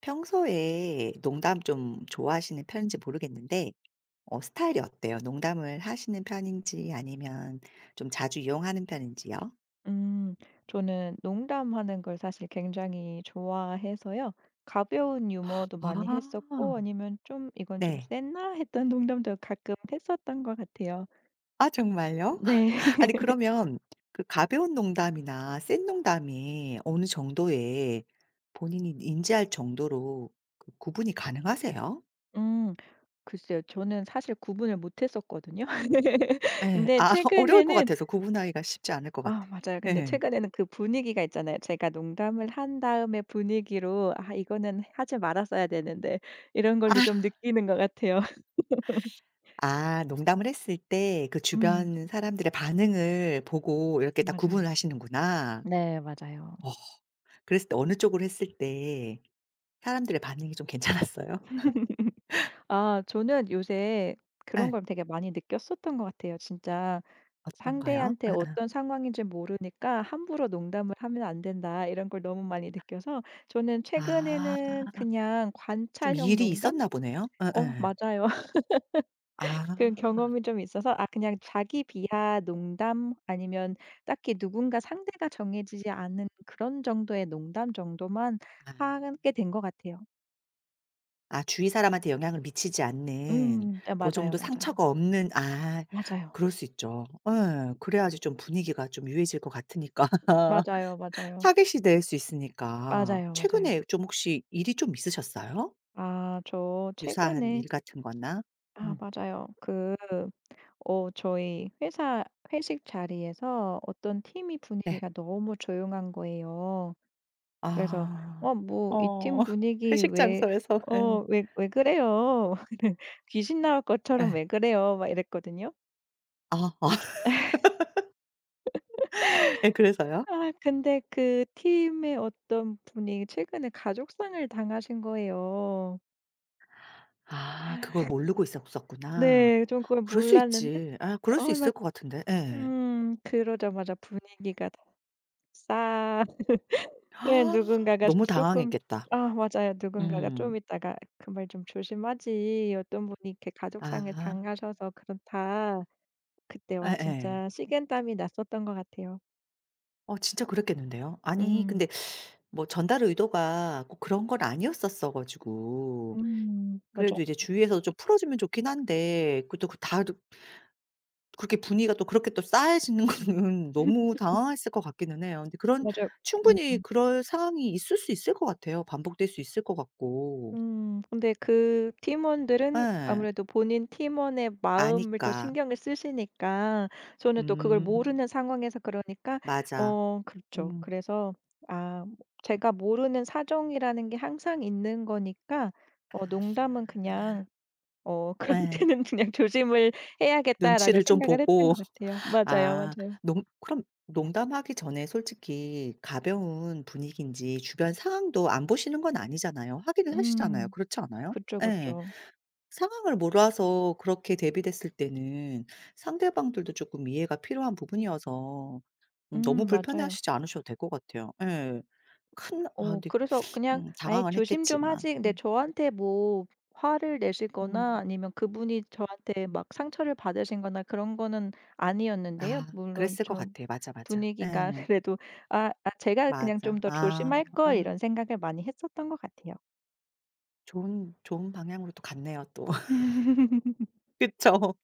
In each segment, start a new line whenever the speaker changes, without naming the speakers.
평소에 농담 좀 좋아하시는 편인지 모르겠는데 스타일이 어때요? 농담을 하시는 편인지 아니면 좀 자주 이용하는 편인지요?
음. 저는 농담하는 걸 사실 굉장히 좋아해서요. 가벼운 유머도 많이
아.
했었고 아니면 좀 '이건 좀
네.
쎘나 했던 농담도 가끔 했었던 것 같아요.
아 정말요?
네.
아니 그러면 그 가벼운 농담이나 센 농담이 어느 정도의 본인이 인지할 정도로 그 구분이 가능하세요?
음. 글쎄요. 저는 사실 구분을 못 했었거든요.
예.
근데
아 어려울 것
최근에는
같아서 구분하기가 쉽지 않을 것
아
같아.
맞아요. 근데
예.
최근에는 그 분위기가 있잖아요. 제가 농담을 한 다음에 분위기로 '아 이거는 하지 말았어야 되는데.' 이런 걸로 좀 느끼는 것 같아요.
아 농담을 했을 때 그
음.
주변 사람들의 반응을 보고 이렇게 딱
맞아요.
구분을 하시는구나.
네. 맞아요.
어. 그랬을 때 어느 쪽으로 했을 때 사람들의 반응이 좀 괜찮았어요?
아 저는 요새 그런
예.
걸 되게 많이 느꼈었던 것 같아요. 진짜
어떤가요?
상대한테
예예.
어떤 상황인지 모르니까 함부로 농담을 하면 안 된다 이런 걸 너무 많이 느껴서 저는 최근에는
아
그냥
좀
관찰형
일이
농담?
있었나 보네요.
어
예예.
맞아요. 그런
아.
경험이 좀 있어서 아 그냥 자기 비하 농담 아니면 딱히 누군가 상대가 정해지지 않은 그런 정도의 농담 정도만
아.
하게 된 것 같아요.
아 주위 사람한테 영향을 미치지 않는
아
고
맞아요,
정도
맞아요.
상처가 없는 아
맞아요.
그럴 수 있죠. 예. 그래야지 좀 분위기가 좀 유해질 것 같으니까.
맞아요, 맞아요.
타시이될 수 있으니까.
맞아요, 맞아요.
최근에 좀 혹시 일이 좀 있으셨어요?
아 저
유사한
최근에
일 같은 거나?
아
음.
맞아요. 그 저희 회사 회식 자리에서 어떤 팀이
네.
분위기가 너무 조용한 거예요. 그래서
아.
"어 뭐 이
어.
팀 분위기
회식
왜
장소에서 예.
어 왜 그래요?" 귀신 나올 것처럼
예.
"왜 그래요?" 막 이랬거든요.
아. 아. 예 그래서요.
아 근데 그 팀의 어떤 분이 최근에 가족상을 당하신 거예요.
아 그걸 모르고 있었었구나.
네. 전 그걸
그럴 수
몰랐는데
있지. 아 그럴
어
수 있을
막
것 같은데. 예.
그러자마자 분위기가 다 싸 예 누군가가
너무
조금
당황했겠다.
아 맞아요. 누군가가 좀
음.
있다가 "그 말 좀 조심하지. 어떤 분이 이렇게 가족상을
아.
당하셔서 그렇다." 그때 와
예예.
진짜 식은땀이 났었던 것 같아요.
어 진짜 그랬겠는데요. 아니
음.
근데 뭐 전달 의도가 꼭 그런 건 아니었었어 가지고
음. 맞아.
그래도 이제 주위에서 좀 풀어주면 좋긴 한데 그 또 그다 그렇게 분위기가 또 그렇게 또 쌓여지는 거는 너무 당황했을 것 같기는 해요. 근데 그런
맞아요.
충분히 그럴 상황이 있을 수 있을 것 같아요. 반복될 수 있을 것 같고.
근데 그 팀원들은
예.
아무래도 본인 팀원의 마음을 더
아니까.
신경을 쓰시니까 저는 또 그걸
음.
모르는 상황에서 그러니까
맞아.
어 그렇죠.
음.
그래서 아 제가 모르는 사정이라는 게 항상 있는 거니까 어 농담은
아.
그냥 '그럴
예.
때는 그냥 조심을 해야겠다.'라고
눈치를 좀
생각을 했던
보고
것 같아요. 맞아요,
아
맞아요.
농 그럼 농담하기 전에 솔직히 가벼운 분위기인지 주변 상황도 안 보시는 건 아니잖아요. 확인을 하시잖아요.
음.
그렇지 않아요?
그쵸,
예.
그쵸.
상황을 몰라서 그렇게 대비됐을 때는 상대방들도 조금 이해가 필요한 부분이어서 너무
맞아요.
불편해하시지 않으셔도 될 것 같아요. 예. 큰 아
어
근데
그래서 그냥 아예
당황은
"조심 좀
했겠지만.
하지." 근데
음.
저한테 뭐 화를
음.
내시거나 아니면 그분이 저한테 막 상처를 받으신 거나 그런 거는 아니었는데요.
아
물론
그랬을 것
좀
같아. 맞아, 맞아.
분위기가
예.
그래도 '아 제가 그냥 좀
맞아.
더
아.
조심할 걸.'
아
이런 생각을 많이 했었던 것 같아요.
좋은 방향으로 또 갔네요 또. 그쵸.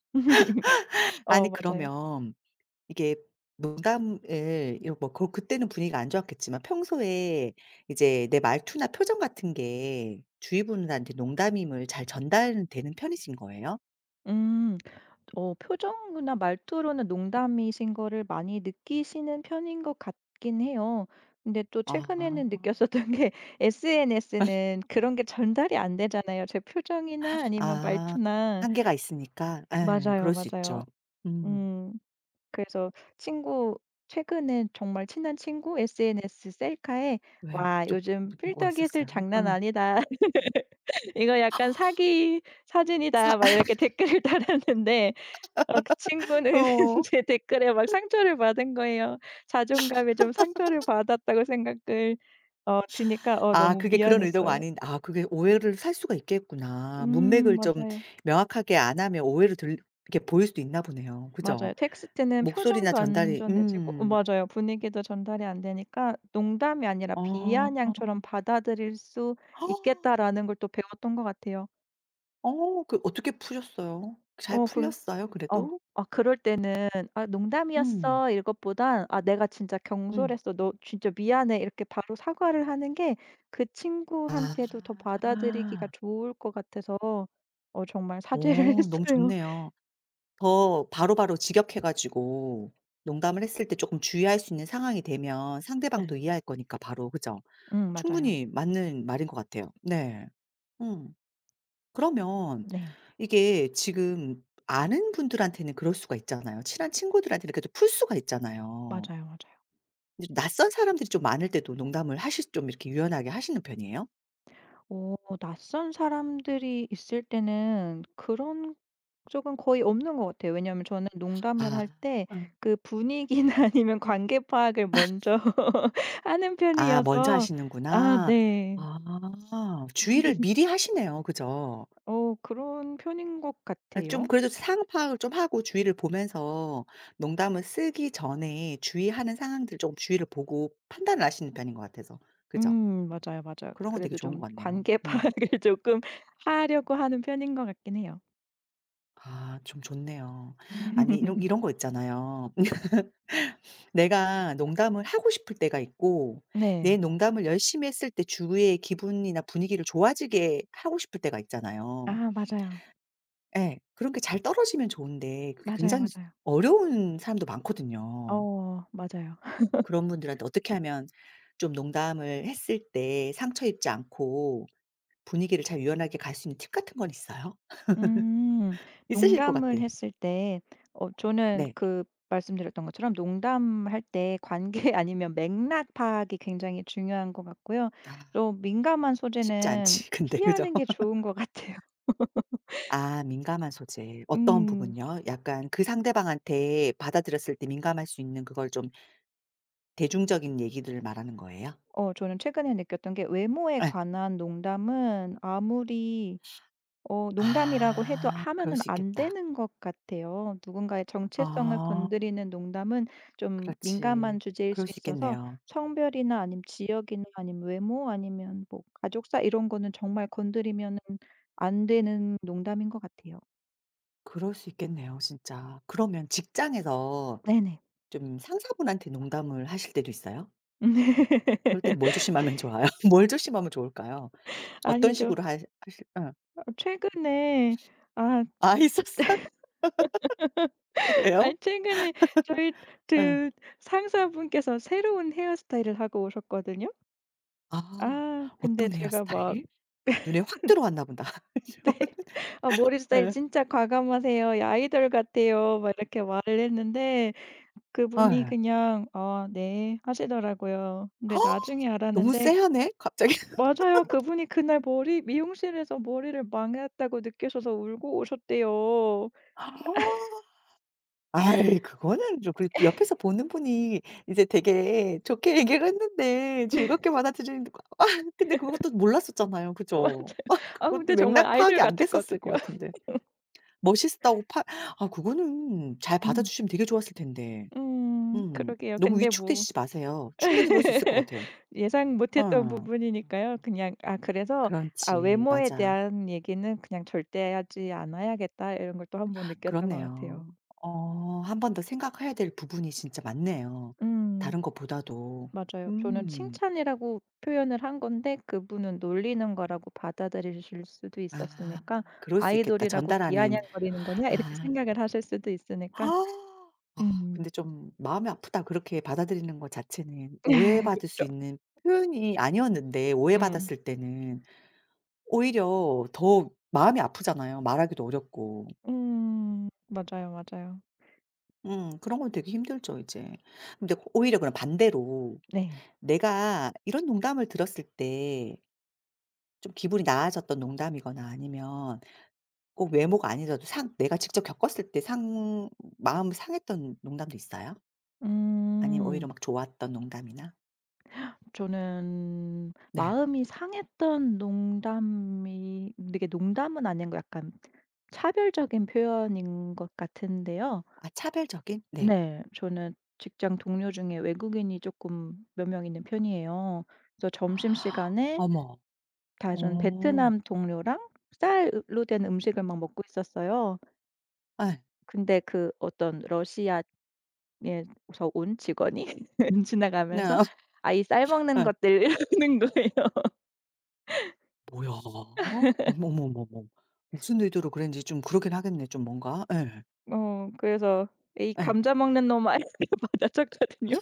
어
아니
맞아요.
그러면 이게 농담을 이런 뭐 고 그때는 분위기가 안 좋았겠지만 평소에 이제 내 말투나 표정 같은 게 주위 분들한테 농담임을 잘 전달되는 편이신 거예요?
음. 어 표정이나 말투로는 농담이신 거를 많이 느끼시는 편인 것 같긴 해요. 근데 또 최근에는
아.
느꼈었던 게 SNS는 그런 게 전달이 안 되잖아요. 제 표정이나 아니면
아.
말투나.
한계가 있으니까 예.
맞아요,
그럴 수
맞아요.
있죠. 음.
음. 그래서 친구 최근에 정말 친한 친구 SNS 셀카에
왜요?
"와
좀
요즘
뭐 뭐, 뭐가
필터기술
있었어요?
장난
어.
아니다. 이거 약간 사기
사
사진이다." 막 이렇게 댓글을 달았는데 어 그 친구는
어.
제 댓글에 막 상처를 받은 거예요. 자존감에 좀 상처를 받았다고 생각을 어 드니까 어
아
너무
그게 그런 의도가
미안했어요.
아닌 아 그게 오해를 살 수가 있겠구나.
음
문맥을 좀
맞아요.
명확하게 안 하면 오해를 들 이렇게 보일 수도 있나 보네요.
맞아요.
그죠?
텍스트는
목소리나
표정도 안
전달이
전해지고 어 맞아요. 분위기도 전달이 안 되니까 농담이 아니라
아.
비아냥처럼 받아들일 수 있겠다라는 걸 또 배웠던 것 같아요.
아, 어그 어떻게 푸셨어요? 잘
어그
풀렸어요
어.
그래도?
아 그럴 때는 '아
음.
농담이었어.' 이것보단 '아 내가 진짜
음.
경솔했어. 너 진짜 미안해.' 이렇게 바로 사과를 하는 게 그 친구한테도 더 받아들이기가
아.
좋을 것 같아서 어 정말 사죄를
오, 너무
했어요.
좋네요. 더 바로바로 직역해 가지고 농담을 했을 때 조금 주의할 수 있는 상황이 되면 상대방도
네.
이해할 거니까 바로. 그죠?
맞아요.
충분히 맞는 말인 것 같아요. 네. 음. 그러면
네.
이게 지금 아는 분들한테는 그럴 수가 있잖아요. 친한 친구들한테는 그래도 풀 수가 있잖아요.
맞아요, 맞아요.
이제 낯선 사람들이 좀 많을 때도 농담을 하실 좀 이렇게 유연하게 하시는 편이에요?
오 낯선 사람들이 있을 때는 그런 쪽은 거의 없는 것 같아요. 왜냐하면 저는 농담을
아.
할 때
응.
그 분위기나 아니면 관계 파악을 먼저 하는
아 먼저
편이어서 아
하시는구나.
네.
아 주의를 미리 하시네요. 그죠?
어 그런 편인 것
아 좀
같아요.
그래도 상황 파악을 좀 하고 주위를 보면서 농담을 쓰기 전에 주의하는 상황들 조금 주위를 보고 판단을 하시는 편인 것 같아서. 그죠?
맞아요, 맞아요.
그런 건 되게
그래도
좋은 것
좀
같네요.
관계
예.
파악을 조금 하려고 하는 편인 것 같긴 해요.
아 좀 좋네요. 아니 이런 이런 거 있잖아요. 내가 농담을 하고 싶을 때가 있고 내
네.
농담을 열심히 했을 때 주위의 기분이나 분위기를 좋아지게 하고 싶을 때가 있잖아요.
아 맞아요.
예. 그런 게 잘 떨어지면 좋은데 그게
맞아요,
굉장히
맞아요.
어려운 사람도 많거든요.
어 맞아요.
그런 분들한테 어떻게 하면 좀 농담을 했을 때 상처 입지 않고 분위기를 잘 유연하게 갈 수 있는 팁 같은 건 있어요?
음.
있으실 것 같아.
농담을 했을 때 어 저는
네.
그 말씀드렸던 것처럼 농담할 때 관계 아니면 맥락 파악이 굉장히 중요한 것 같고요.
아
좀 민감한
쉽지
소재는
않지 근데 그죠?
피하는 게 좋은 것 같아요.
아 민감한 소재. 어떤
음.
부분요? 약간 그 상대방한테 받아들였을 때 민감할 수 있는 그걸 좀 대중적인 얘기들을 말하는 거예요?
어 저는 최근에 느꼈던 게 외모에
예.
관한 농담은 아무리 어 농담이라고 해도
아 그럴
하면은
수
안
있겠다.
되는 것 같아요. 누군가의 정체성을
아
건드리는 농담은 좀 민감한
그렇지.
주제일 수
그럴 수
있어서
있겠네요.
성별이나 아님 지역이나 아님 외모 아니면 뭐 가족사 이런 거는 정말 건드리면은 안 되는 농담인 것 같아요.
그럴 수 있겠네요 진짜. 그러면 직장에서
네네.
좀 상사분한테 농담을 하실 때도 있어요? 그럴 때는 뭘 조심하면 좋아요? 뭘 조심하면 좋을까요? 어떤
아니죠.
식으로 하 하실 응.
어 최근에 아
아 있었어요? 왜요?
아니 최근에 저희
응.
그 상사분께서 새로운 헤어스타일을 하고 오셨거든요.
아.
아 근데
어떤
제가 막
헤어스타일? 눈에 확 들어왔나 보다.
"아 머리 스타일
응.
진짜 과감하세요. 야 아이돌 같아요." 막 이렇게 말을 했는데 그분이
예.
그냥 "아 네." 하시더라고요. 근데 나중에
너무
알았는데
쎄하네 갑자기.
맞아요. 그분이 그날 머리 미용실에서 머리를 망했다고 느끼셔서 울고 오셨대요.
아, 아이 그거는 좀 그리고 또 옆에서 보는 분이 이제 되게 좋게 얘기를 했는데 즐겁게 받아들이는데 아 근데 그것도 몰랐었잖아요.
맞아요.
그죠?
아
그것도
근데 정말
맥락
아이돌
파악이 안 됐었을 것
같았거든요.
같은데. 멋있다고 파 아 그거는 잘
음.
받아주시면 되게 좋았을 텐데.
음.
음.
그러게요.
너무
근데 뭐
위축되시지 마세요. 충분히 그럴 수 있을 것 같아요.
예상 못했던
어.
부분이니까요. 그냥 아 그래서 '아
그렇지.
외모에
맞아.
대한 얘기는 그냥 절대 하지 않아야겠다.' 이런 걸 또 한 번 느꼈던 것
그렇네요.
같아요.
어 한 번 더 생각해야 될 부분이 진짜 많네요,
음
다른 것보다도.
맞아요. 저는
음.
칭찬이라고 표현을 한 건데 그분은 놀리는 거라고 받아들이실 수도
아
있었으니까
그럴 수 있겠다.
'아이돌이라고
전달하는
비아냥거리는 거냐?' 이렇게
아.
생각을 하실 수도 있으니까
아
음.
근데 좀 "마음이 아프다." 그렇게 받아들이는 거 자체는
그
오해받을 수
죠
있는 표현이 아니었는데
음.
오해받았을 때는 오히려 더 마음이 아프잖아요 말하기도 어렵고.
음. 맞아요, 맞아요.
그런 건 되게 힘들죠 이제. 근데 오히려 그럼 반대로
네.
내가 이런 농담을 들었을 때 좀 기분이 나아졌던 농담이거나 아니면 꼭 외모가 아니더라도 상 내가 직접 겪었을 때 상 마음이 상했던 농담도 있어요? 아니면 오히려
음.
막 좋았던 농담이나?
저는
네.
마음이 상했던 농담이 이게 농담은 아닌 거 약간 차별적인 표현인 것 같은데요.
아 차별적인? 네.
네. 저는 직장 동료 중에 외국인이 조금 몇 명 있는 편이에요. 그래서 점심시간에
어머.
다른
어.
베트남 동료랑 쌀로 된 음식을 막 먹고 있었어요.
아,
근데 그 어떤 러시아에서 온 직원이 지나가면서
네.
"아 이 쌀 먹는 것들." 이러는 거예요.
뭐야? 어머머머머. 무슨 의도로 그랬는지 좀 그러긴 하겠네 좀 뭔가. 예.
어 그래서 이
예.
감자 먹는 놈아 맞아쳤거든요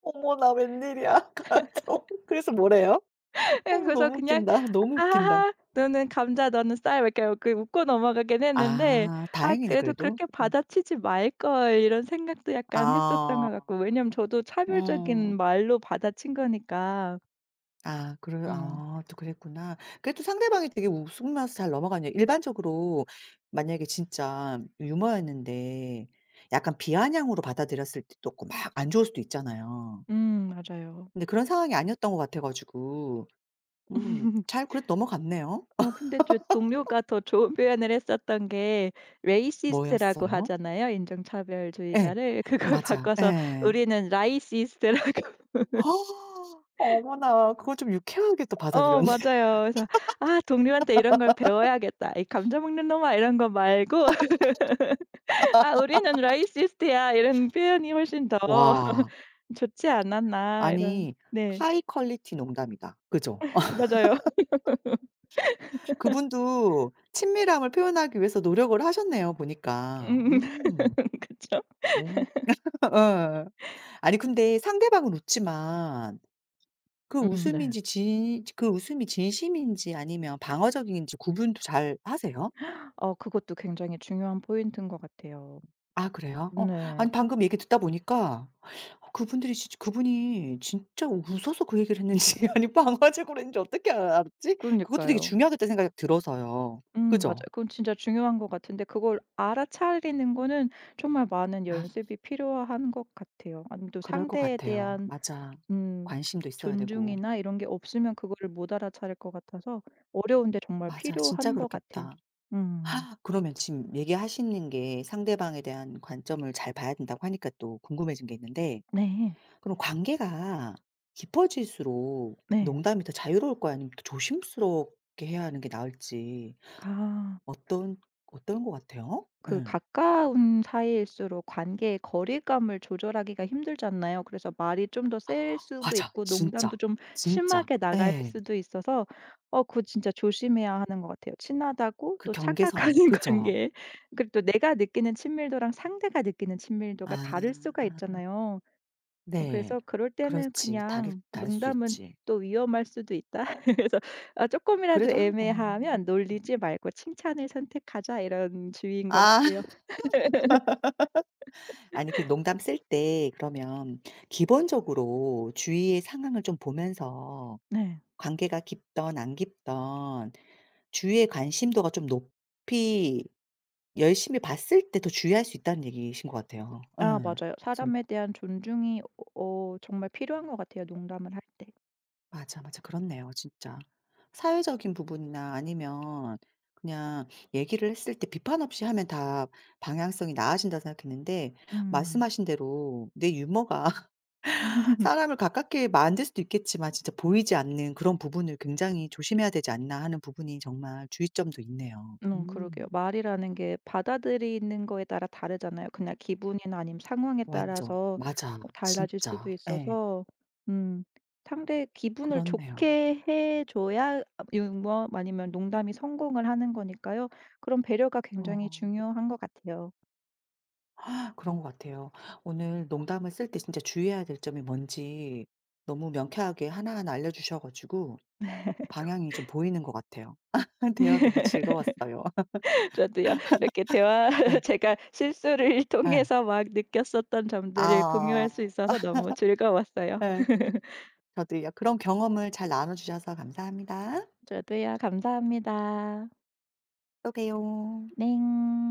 어머나 웬일이야. 가족 그래서 뭐래요?
예
어머
그래서
너무
그냥
웃긴다. 너무 웃긴다.
"하하하 너는 감자 너는 쌀." 막 이렇게 그 웃고 넘어가긴 했는데
아
'아
다행이네
그래도
그래도.
그렇게
예.
받아치지 말걸.' 이런 생각도 약간 했었던 것
아.
같고 왜냐면 저도
음.
차별적인 말로 받아친 거니까.
아 그래 아
음.
또 그랬구나. 그래도 상대방이 되게 웃으면서 잘 넘어가네요. 일반적으로 만약에 진짜 유머였는데 약간 비아냥으로 받아들였을 때도 있고 막 안 좋을 수도 있잖아요.
맞아요.
근데 그런 상황이 아니었던 것 같아 가지고 잘 그래도 넘어갔네요.
어 근데 저 동료가 더 좋은 표현을 했었던 게 레이시스트라고
뭐였어요?
하잖아요
예.
인종차별주의자를. 그걸
맞아.
바꿔서
예.
우리는 라이시스트라고
아, 어머나 그걸 좀 유쾌하게 또
어
받아들였네.
맞아요. 그래서 '아 동료한테 이런 걸 배워야겠다. 이 감자 먹는 놈아.' 이런 거 말고 '아 우리는 라이시스트야.' 이런 표현이 훨씬 더
와
좋지 않았나 이런
아니
네.
하이 퀄리티 농담이다. 그죠? 어,
맞아요.
그분도 친밀함을 표현하기 위해서 노력을 하셨네요 보니까.
음
음.
그쵸?
음. 예. 아니 근데 상대방은 웃지만 그
네.
웃음인지 진 그 웃음이 진심인지 아니면 방어적인지 구분도 잘 하세요?
어 그것도 굉장히 중요한 포인트인 것 같아요.
아 그래요? 어
네.
아니 방금 얘기 듣다 보니까 그분들이 진짜 그분이 진짜 웃어서 그 얘기를 했는지 아니 방화제고을 했는지 어떻게 아 알았지? 그것도 되게
그러니까요.
중요하겠다는 생각이 들어서요.
맞아요.
그죠?
그건 진짜 중요한 것 같은데 그걸 알아차리는 거는 정말 많은
아
연습이 필요한 것 같아요. 아니면 또
그럴 것
상대에
같아요.
대한
맞아.
음
관심도 있어야 되고.
존중이나 이런 게 없으면 그거를 못 알아차릴 것 같아서 어려운데 정말
맞아. 진짜
필요한 것 같아요.
그렇겠다.
음
그러면 지금 얘기하시는 게 상대방에 대한 관점을 잘 봐야 된다고 하니까 또 궁금해진 게 있는데
네.
그럼 관계가 깊어질수록
네.
농담이 더 자유로울 거야 아니면 더 조심스럽게 해야 하는 게 나을지
아
어떤 어떤 것 같아요?
그
예.
가까운 사이일수록 관계의 거리감을 조절하기가 힘들잖아요. 그래서 말이 좀 더 셀 수도
맞아.
있고 농담도
진짜.
좀
진짜.
심하게 나갈
예.
수도 있어서 어 그거 진짜 조심해야 하는 것 같아요. 친하다고
그
또 착각하는
경계선. 그죠?
관계 그리고 또 내가 느끼는 친밀도랑 상대가 느끼는 친밀도가 다를 수가
아.
있잖아요. 어
네.
그래서 그럴 때는
그렇지. 다를
그냥
다를 수
'농담은
있지.
또 위험할 수도 있다.' 그래서 아금이라도
그래도 한 어.
애매하면 놀리지 말고 칭찬을 선택하자 이런 주의인 것
아
같아요.
아니 그 농담 쓸 때 그러면 기본적으로 주위의 상황을 좀 보면서
네.
관계가 깊든 안 깊든 주위의 관심도가 좀 높이 열심히 봤을 때 더 주의할 수 있다는 얘기이신 것 같아요.
아
예.
맞아요.
진
사람에 대한 존중이 어 정말 필요한 것 같아요, 농담을 할 때.
맞아, 맞아. 그렇네요 진짜. 사회적인 부분이나 아니면 그냥 얘기를 했을 때 비판 없이 하면 다 방향성이 나아진다 생각했는데
음.
말씀하신 대로 내 유머가 사람을 가깝게 만들 수도 있겠지만 진짜 보이지 않는 그런 부분을 굉장히 조심해야 되지 않나 하는 부분이 정말 주의점도 있네요.
그러게요.
음.
말이라는 게 받아들이는 거에 따라 다르잖아요. 그냥 기분이나 아니면 상황에
완전.
따라서
맞아.
어 달라질
진짜.
수도
예.
있어서 음 상대 기분을
그렇네요.
좋게 해 줘야 아 유머 아니면 농담이 성공을 하는 거니까요. 그런 배려가 굉장히
어
중요한 것 같아요.
그런 것 같아요. 오늘 농담을 쓸 때 진짜 주의해야 될 점이 뭔지 너무 명쾌하게 하나하나 알려주셔 가지고 방향이 좀 보이는 것 같아요. 대화 너무 즐거웠어요.
저도요. 이렇게 대화
예.
제가 실수를
예.
통해서 막 느꼈었던 점들을
아.
공유할 수 있어서 너무 즐거웠어요.
예. 저도요. 그런 경험을 잘 나눠 주셔서 감사합니다.
저도요. 감사합니다.
또 봬요.
넹.